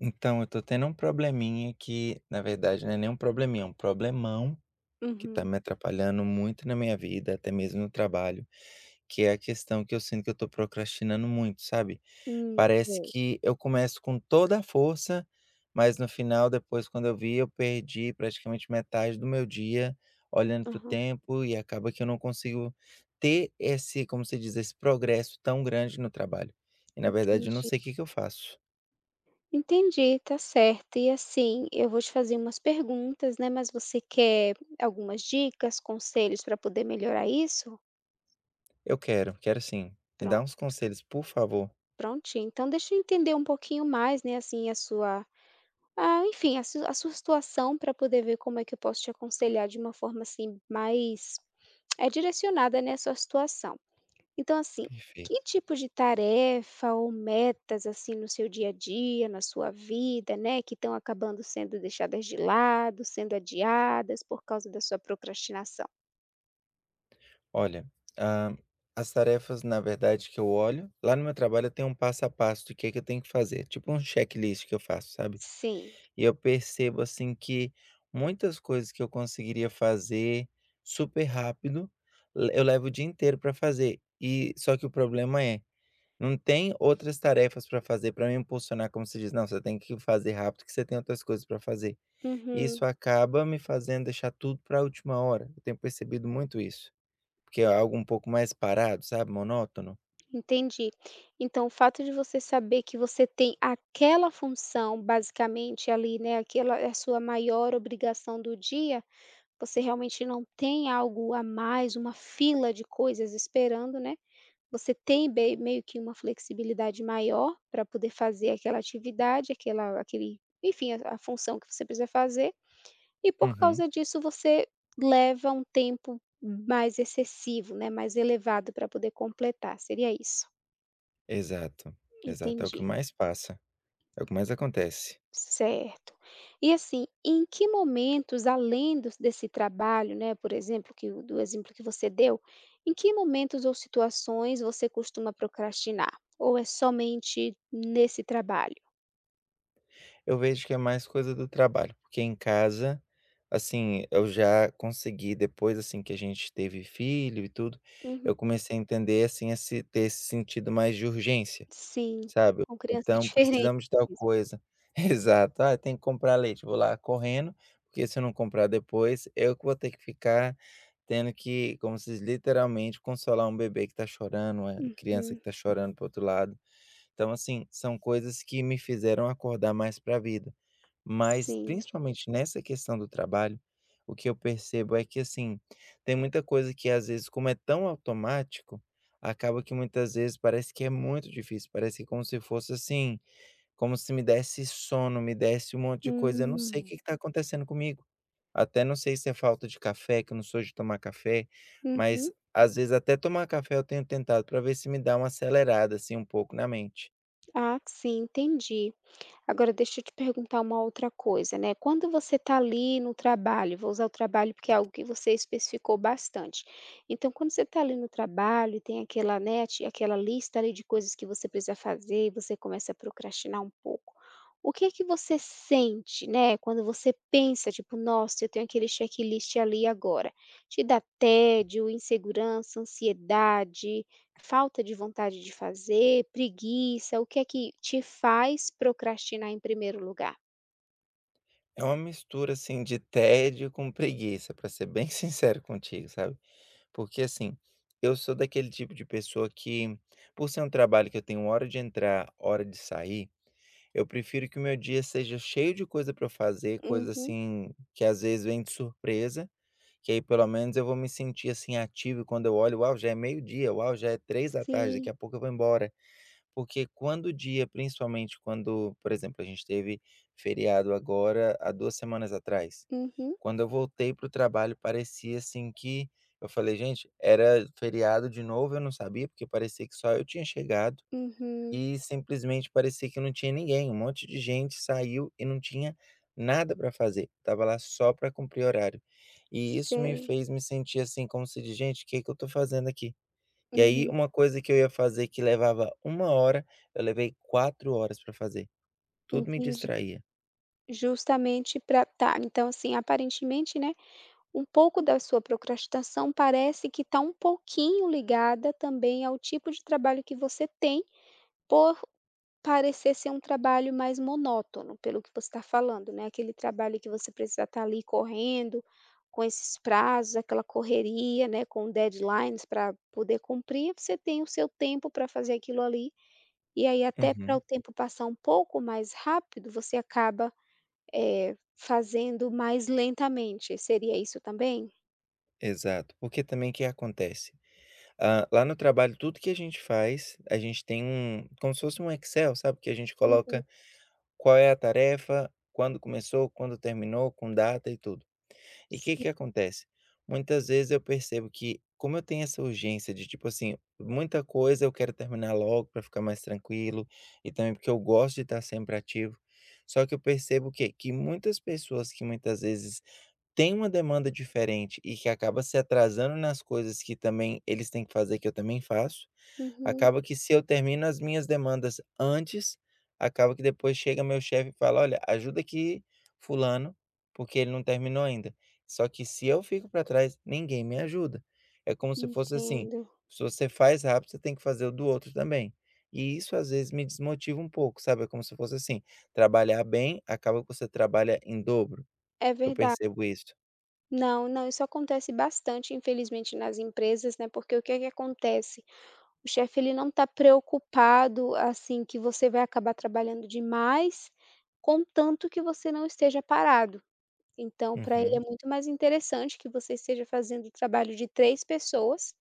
Então, eu tô tendo um probleminha que, na verdade, não é nem um probleminha, é um problemão que tá Uhum. me atrapalhando muito na minha vida, até mesmo no trabalho, que é a questão que eu sinto que eu tô procrastinando muito, sabe? Parece Sei. que eu começo com toda a força, mas no final, depois, quando eu vi, eu perdi praticamente metade do meu dia olhando pro Aham, tempo e acaba que eu não consigo ter esse, como se diz, esse progresso tão grande no trabalho. E, na verdade, eu não entendi. sei o que que eu faço. Entendi, tá certo. E, assim, eu vou te fazer umas perguntas, né, mas você quer algumas dicas, conselhos para poder melhorar isso? Eu quero, quero sim. Me dá uns Pronto, conselhos, por favor. prontinho. Então deixa eu entender um pouquinho mais, né, assim, a sua enfim, a sua situação para poder ver como é que eu posso te aconselhar de uma forma, assim, mais, direcionada, nessa sua situação. Então, assim, que Perfeito. tipo de tarefa ou metas, assim, no seu dia a dia, na sua vida, né, que estão acabando sendo deixadas de lado, sendo adiadas por causa da sua procrastinação? Olha, hã, as tarefas, na verdade, que eu olho lá no meu trabalho eu tenho um passo a passo do que é que eu tenho que fazer, tipo um checklist que eu faço, sabe. Sim. E eu percebo, assim, que muitas coisas que eu conseguiria fazer super rápido, le eu levo o dia inteiro para fazer. E só que o problema é, não tem outras tarefas para fazer para me impulsionar, como se diz: "Não, você tem que fazer rápido que você tem outras coisas para fazer". Uhum, Isso acaba me fazendo deixar tudo para a última hora. Eu tenho percebido muito isso, porque é algo um pouco mais parado, sabe, monótono. entendi. Então, o fato de você saber que você tem aquela função, basicamente, ali, né, aquela é a sua maior obrigação do dia, você realmente não tem algo a mais, uma fila de coisas esperando, né? Você tem bem meio que uma flexibilidade maior para poder fazer aquela atividade, aquela aquele enfim, a função que você precisa fazer, e por Uhum. causa disso você leva um tempo mais excessivo, né, mais elevado para poder completar, seria isso? Exato, exato, é o que Entendi. mais passa, é o que mais acontece. Certo. E assim, em que momentos, além dos desse trabalho, né, por exemplo, que o do exemplo que você deu, em que momentos ou situações você costuma procrastinar? Ou é somente nesse trabalho? Eu vejo que é mais coisa do trabalho, porque em casa, assim, eu já consegui depois, assim, que a gente teve filho e tudo, Uhum. eu comecei a entender, assim, esse ter esse sentido mais de urgência. Sim, Sabe, com criança é então diferente. precisamos de tal coisa. Exato. "Ah, tem que comprar leite", vou lá correndo, porque se eu não comprar depois, eu que vou ter que ficar tendo que, como se diz, literalmente consolar um bebê que tá chorando, uma criança Uhum. que tá chorando para outro lado. Então, assim, são coisas que me fizeram acordar mais para a vida. Mas, Sim. principalmente nessa questão do trabalho, o que eu percebo é que, assim, tem muita coisa que às vezes, como é tão automático, acaba que muitas vezes parece que é muito difícil, parece que como se fosse assim, como se me desse sono, me desse um monte de coisa, eu não sei o Hum. que está acontecendo comigo. Até não sei se é falta de café, que eu não sou de tomar café, Uhum. mas às vezes até tomar café eu tenho tentado para ver se me dá uma acelerada assim um pouco na mente. Ah, sim, entendi. Agora deixa eu te perguntar uma outra coisa, né, quando você tá ali no trabalho, vou usar o trabalho porque é algo que você especificou bastante. Então quando você tá ali no trabalho e tem aquela, né, ti aquela lista ali de coisas que você precisa fazer e você começa a procrastinar um pouco, o que é que você sente, né, quando você pensa tipo: "Nossa, eu tenho aquele checklist ali agora". Te dá tédio, insegurança, ansiedade? Falta de vontade de fazer, preguiça, o que é que te faz procrastinar em primeiro lugar? É uma mistura, assim, de tédio com preguiça, pra ser bem sincero contigo, sabe. Porque, assim, eu sou daquele tipo de pessoa que, por ser um trabalho que eu tenho hora de entrar, hora de sair, eu prefiro que o meu dia seja cheio de coisa pra eu fazer, coisa, Uhum, assim, que às vezes vem de surpresa, que aí pelo menos eu vou me sentir, assim, ativo e quando eu olho: "Uau, já é meio-dia, uau, já é 3 da tarde, daqui sim. a pouco eu vou embora". Porque quando o dia principalmente quando, por exemplo, a gente teve feriado agora há 2 semanas atrás. Uhum, Quando eu voltei para o trabalho, parecia assim que eu falei: "Gente, era feriado de novo", eu não sabia, porque parecia que só eu tinha chegado uhum. e simplesmente parecia que não tinha ninguém, um monte de gente saiu e não tinha nada para fazer, tava lá só para cumprir horário. E isso me Sei. fez me sentir assim como se diz: "Gente, o que que eu tô fazendo aqui?" E aí, Uhum, uma coisa que eu ia fazer que levava uma hora, eu levei 4 horas para fazer. Tudo me entendi. distraía. Justamente para tá, então assim, aparentemente, né, um pouco da sua procrastinação parece que está um pouquinho ligada também ao tipo de trabalho que você tem por parecer ser um trabalho mais monótono, pelo que você está falando, né, aquele trabalho que você precisa estar ali correndo, com esses prazos, aquela correria, né, com deadlines para poder cumprir, você tem o seu tempo para fazer aquilo ali, e aí até para o Uhum. tempo passar um pouco mais rápido, você acaba, fazendo mais lentamente, seria isso também? Exato. Porque também o que acontece? Ah, lá no trabalho, tudo que a gente faz, a gente tem um como se fosse um Excel, sabe, que a gente Uhum. coloca qual é a tarefa, quando começou, quando terminou, com data e tudo. E o que Sim, que acontece? Muitas vezes eu percebo que, como eu tenho essa urgência de, tipo assim, muita coisa eu quero terminar logo para ficar mais tranquilo, e também porque eu gosto de estar sempre ativo, só que eu percebo que muitas pessoas que muitas vezes têm uma demanda diferente e que acaba se atrasando nas coisas que também eles têm que fazer, que eu também faço. uhum, Acaba que se eu termino as minhas demandas antes, acaba que depois chega meu chefe e fala: "Olha, ajuda aqui fulano, porque ele não terminou ainda". Só que se eu fico para trás, ninguém me ajuda. É como se fosse assim: entendo. se você faz rápido, você tem que fazer o do outro também. E isso às vezes me desmotiva um pouco, sabe? É como se fosse assim: trabalhar bem, acaba que você trabalha em dobro. É Eu verdade. percebo isso. Não, não, isso acontece bastante, infelizmente, nas empresas, né, porque o que é que acontece? O chefe ele não tá preocupado, assim, que você vai acabar trabalhando demais, contanto que você não esteja parado. Então, para ele é Uhum, muito mais interessante que você esteja fazendo o trabalho de 3 pessoas,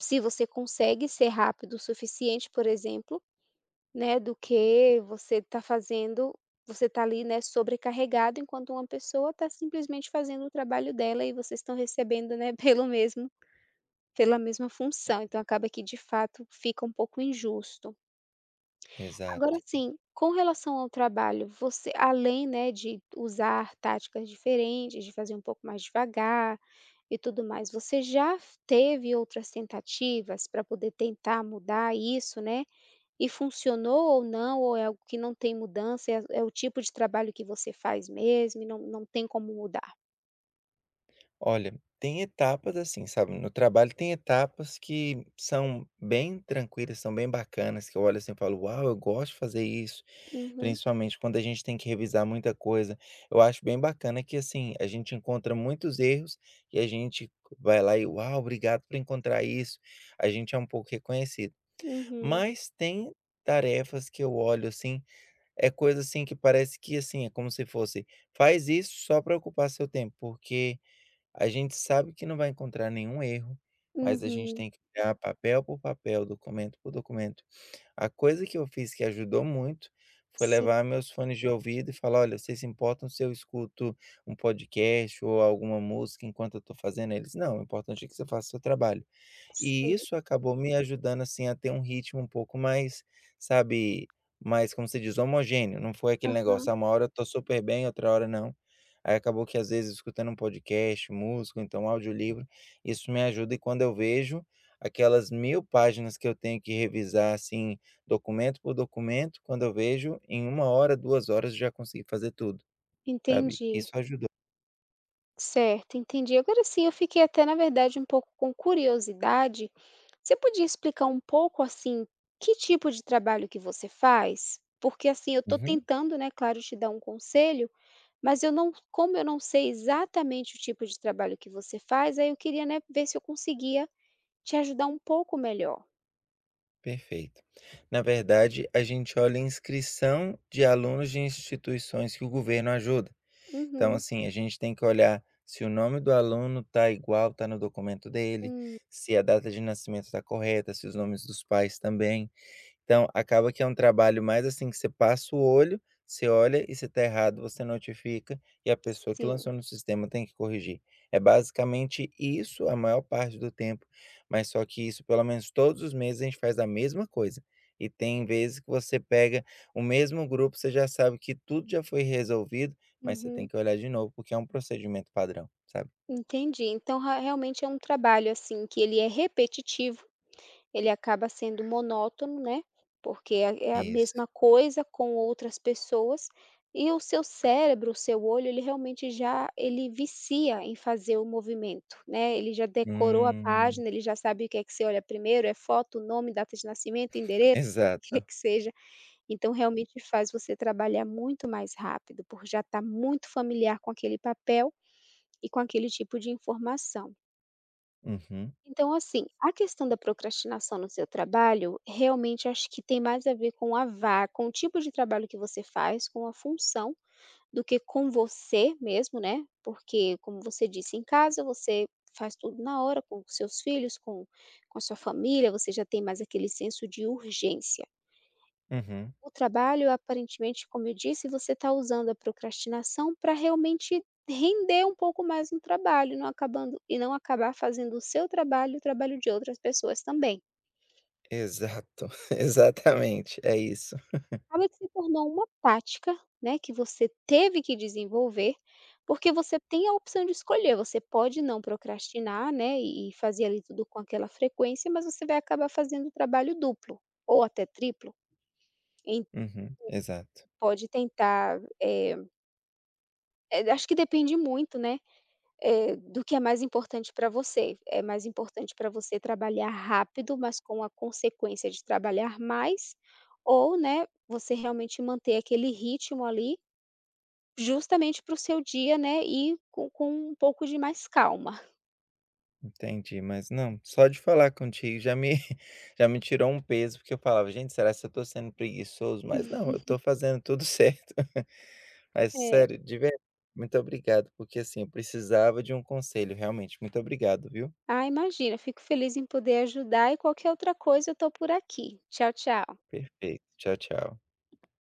se você consegue ser rápido o suficiente, por exemplo, né, do que você está fazendo você está ali, né, sobrecarregado, enquanto uma pessoa está simplesmente fazendo o trabalho dela e vocês estão recebendo, né, pelo mesmo pela mesma função, então acaba que de fato fica um pouco injusto. Agora exato. sim, com relação ao trabalho, você além, né, de usar táticas diferentes, de fazer um pouco mais devagar e tudo mais, você já teve outras tentativas para poder tentar mudar isso, né? E funcionou ou não, ou é algo que não tem mudança, é o tipo de trabalho que você faz mesmo e não tem como mudar? Olha, tem etapas assim, sabe, no trabalho tem etapas que são bem tranquilas, são bem bacanas, que eu olho assim e falo: "Uau, eu gosto de fazer isso", Uhum, principalmente quando a gente tem que revisar muita coisa. Eu acho bem bacana que, assim, a gente encontra muitos erros e a gente vai lá e: "Uau, obrigado por encontrar isso", a gente é um pouco reconhecido. uhum, Mas tem tarefas que eu olho assim, é coisa assim que parece que, assim, é como se fosse: "Faz isso só para ocupar seu tempo", porque a gente sabe que não vai encontrar nenhum erro, mas a gente uhum. tem que olhar papel por papel, documento por documento. A coisa que eu fiz que ajudou muito foi Sim, levar meus fones de ouvido e falar: "Olha, vocês se importam se eu escuto um podcast ou alguma música enquanto eu estou fazendo?" Eles: "Não, o importante é que você faça o seu trabalho". E sim. isso acabou me ajudando, assim, a ter um ritmo um pouco mais, sabe, mais, como se diz, homogêneo, não foi aquele negócio, Aham. ah, uma hora eu tô super bem, outra hora não. Aí acabou que às vezes escutando um podcast, música, ou então audiolivro, isso me ajuda e quando eu vejo aquelas 1000 páginas que eu tenho que revisar, assim, documento por documento, quando eu vejo em uma hora, 2 horas eu já consegui fazer tudo, sabe. Entendi. Isso ajudou. Certo, entendi. Agora sim, eu fiquei até, na verdade, um pouco com curiosidade. Você podia explicar um pouco, assim, que tipo de trabalho que você faz? Porque, assim, eu estou Uhum. tentando, né, claro, te dar um conselho, mas eu não como eu não sei exatamente o tipo de trabalho que você faz, aí eu queria, né, ver se eu conseguia te ajudar um pouco melhor. Perfeito. Na verdade, a gente olha a inscrição de alunos de instituições que o governo ajuda. Então, Uhum. assim, a gente tem que olhar se o nome do aluno está igual, está no documento dele, Hum, se a data de nascimento está correta, se os nomes dos pais também. Então, acaba que é um trabalho mais assim que você passa o olho, você olha e se tá errado, você notifica e a pessoa que sim. lançou no sistema tem que corrigir. É basicamente isso a maior parte do tempo, mas só que isso pelo menos todos os meses a gente faz a mesma coisa. E tem vezes que você pega o mesmo grupo, você já sabe que tudo já foi resolvido, mas você tem Uhum. que olhar de novo, porque é um procedimento padrão, sabe? Entendi. Então ra realmente é um trabalho, assim, que ele é repetitivo. Ele acaba sendo monótono, né, porque é a Isso. mesma coisa com outras pessoas, e o seu cérebro, o seu olho, ele realmente já ele vicia em fazer o movimento, né, ele já decorou a Hum, página, ele já sabe o que é que você olha primeiro, é foto, nome, data de nascimento, endereço, o que é exato. que seja. Então realmente faz você trabalhar muito mais rápido, por já estar muito familiar com aquele papel e com aquele tipo de informação. Uhum, Então, assim, a questão da procrastinação no seu trabalho, realmente acho que tem mais a ver com a va com o tipo de trabalho que você faz, com a função, do que com você mesmo, né, porque, como você disse, em casa você faz tudo na hora, com seus filhos, com a sua família, você já tem mais aquele senso de urgência. uhum. O trabalho, aparentemente, como eu disse, você está usando a procrastinação para realmente render um pouco mais no trabalho, não acabando e não acabar fazendo o seu trabalho e o trabalho de outras pessoas também. Exato, exatamente, é isso. Acaba que se tornou uma tática, né, que você teve que desenvolver, porque você tem a opção de escolher, você pode não procrastinar, né, e fazer ali tudo com aquela frequência, mas você vai acabar fazendo o trabalho duplo ou até triplo. En Uhum, exato, pode tentar, acho que depende muito, né, do que é mais importante para você. É mais importante para você trabalhar rápido, mas com a consequência de trabalhar mais, ou, né, você realmente manter aquele ritmo ali, justamente para o seu dia, né, e com um pouco de mais calma. entendi. Mas não, só de falar contigo já me já me tirou um peso, porque eu falava: "Gente, será que eu tô sendo preguiçoso?" Mas não, eu tô fazendo tudo certo. Mas É. sério, de verdade. Muito obrigado, porque assim, eu precisava de um conselho realmente. Muito obrigado, viu. Ah, imagina, fico feliz em poder ajudar e qualquer outra coisa eu estou por aqui. Tchau, tchau. Perfeito. Tchau, tchau.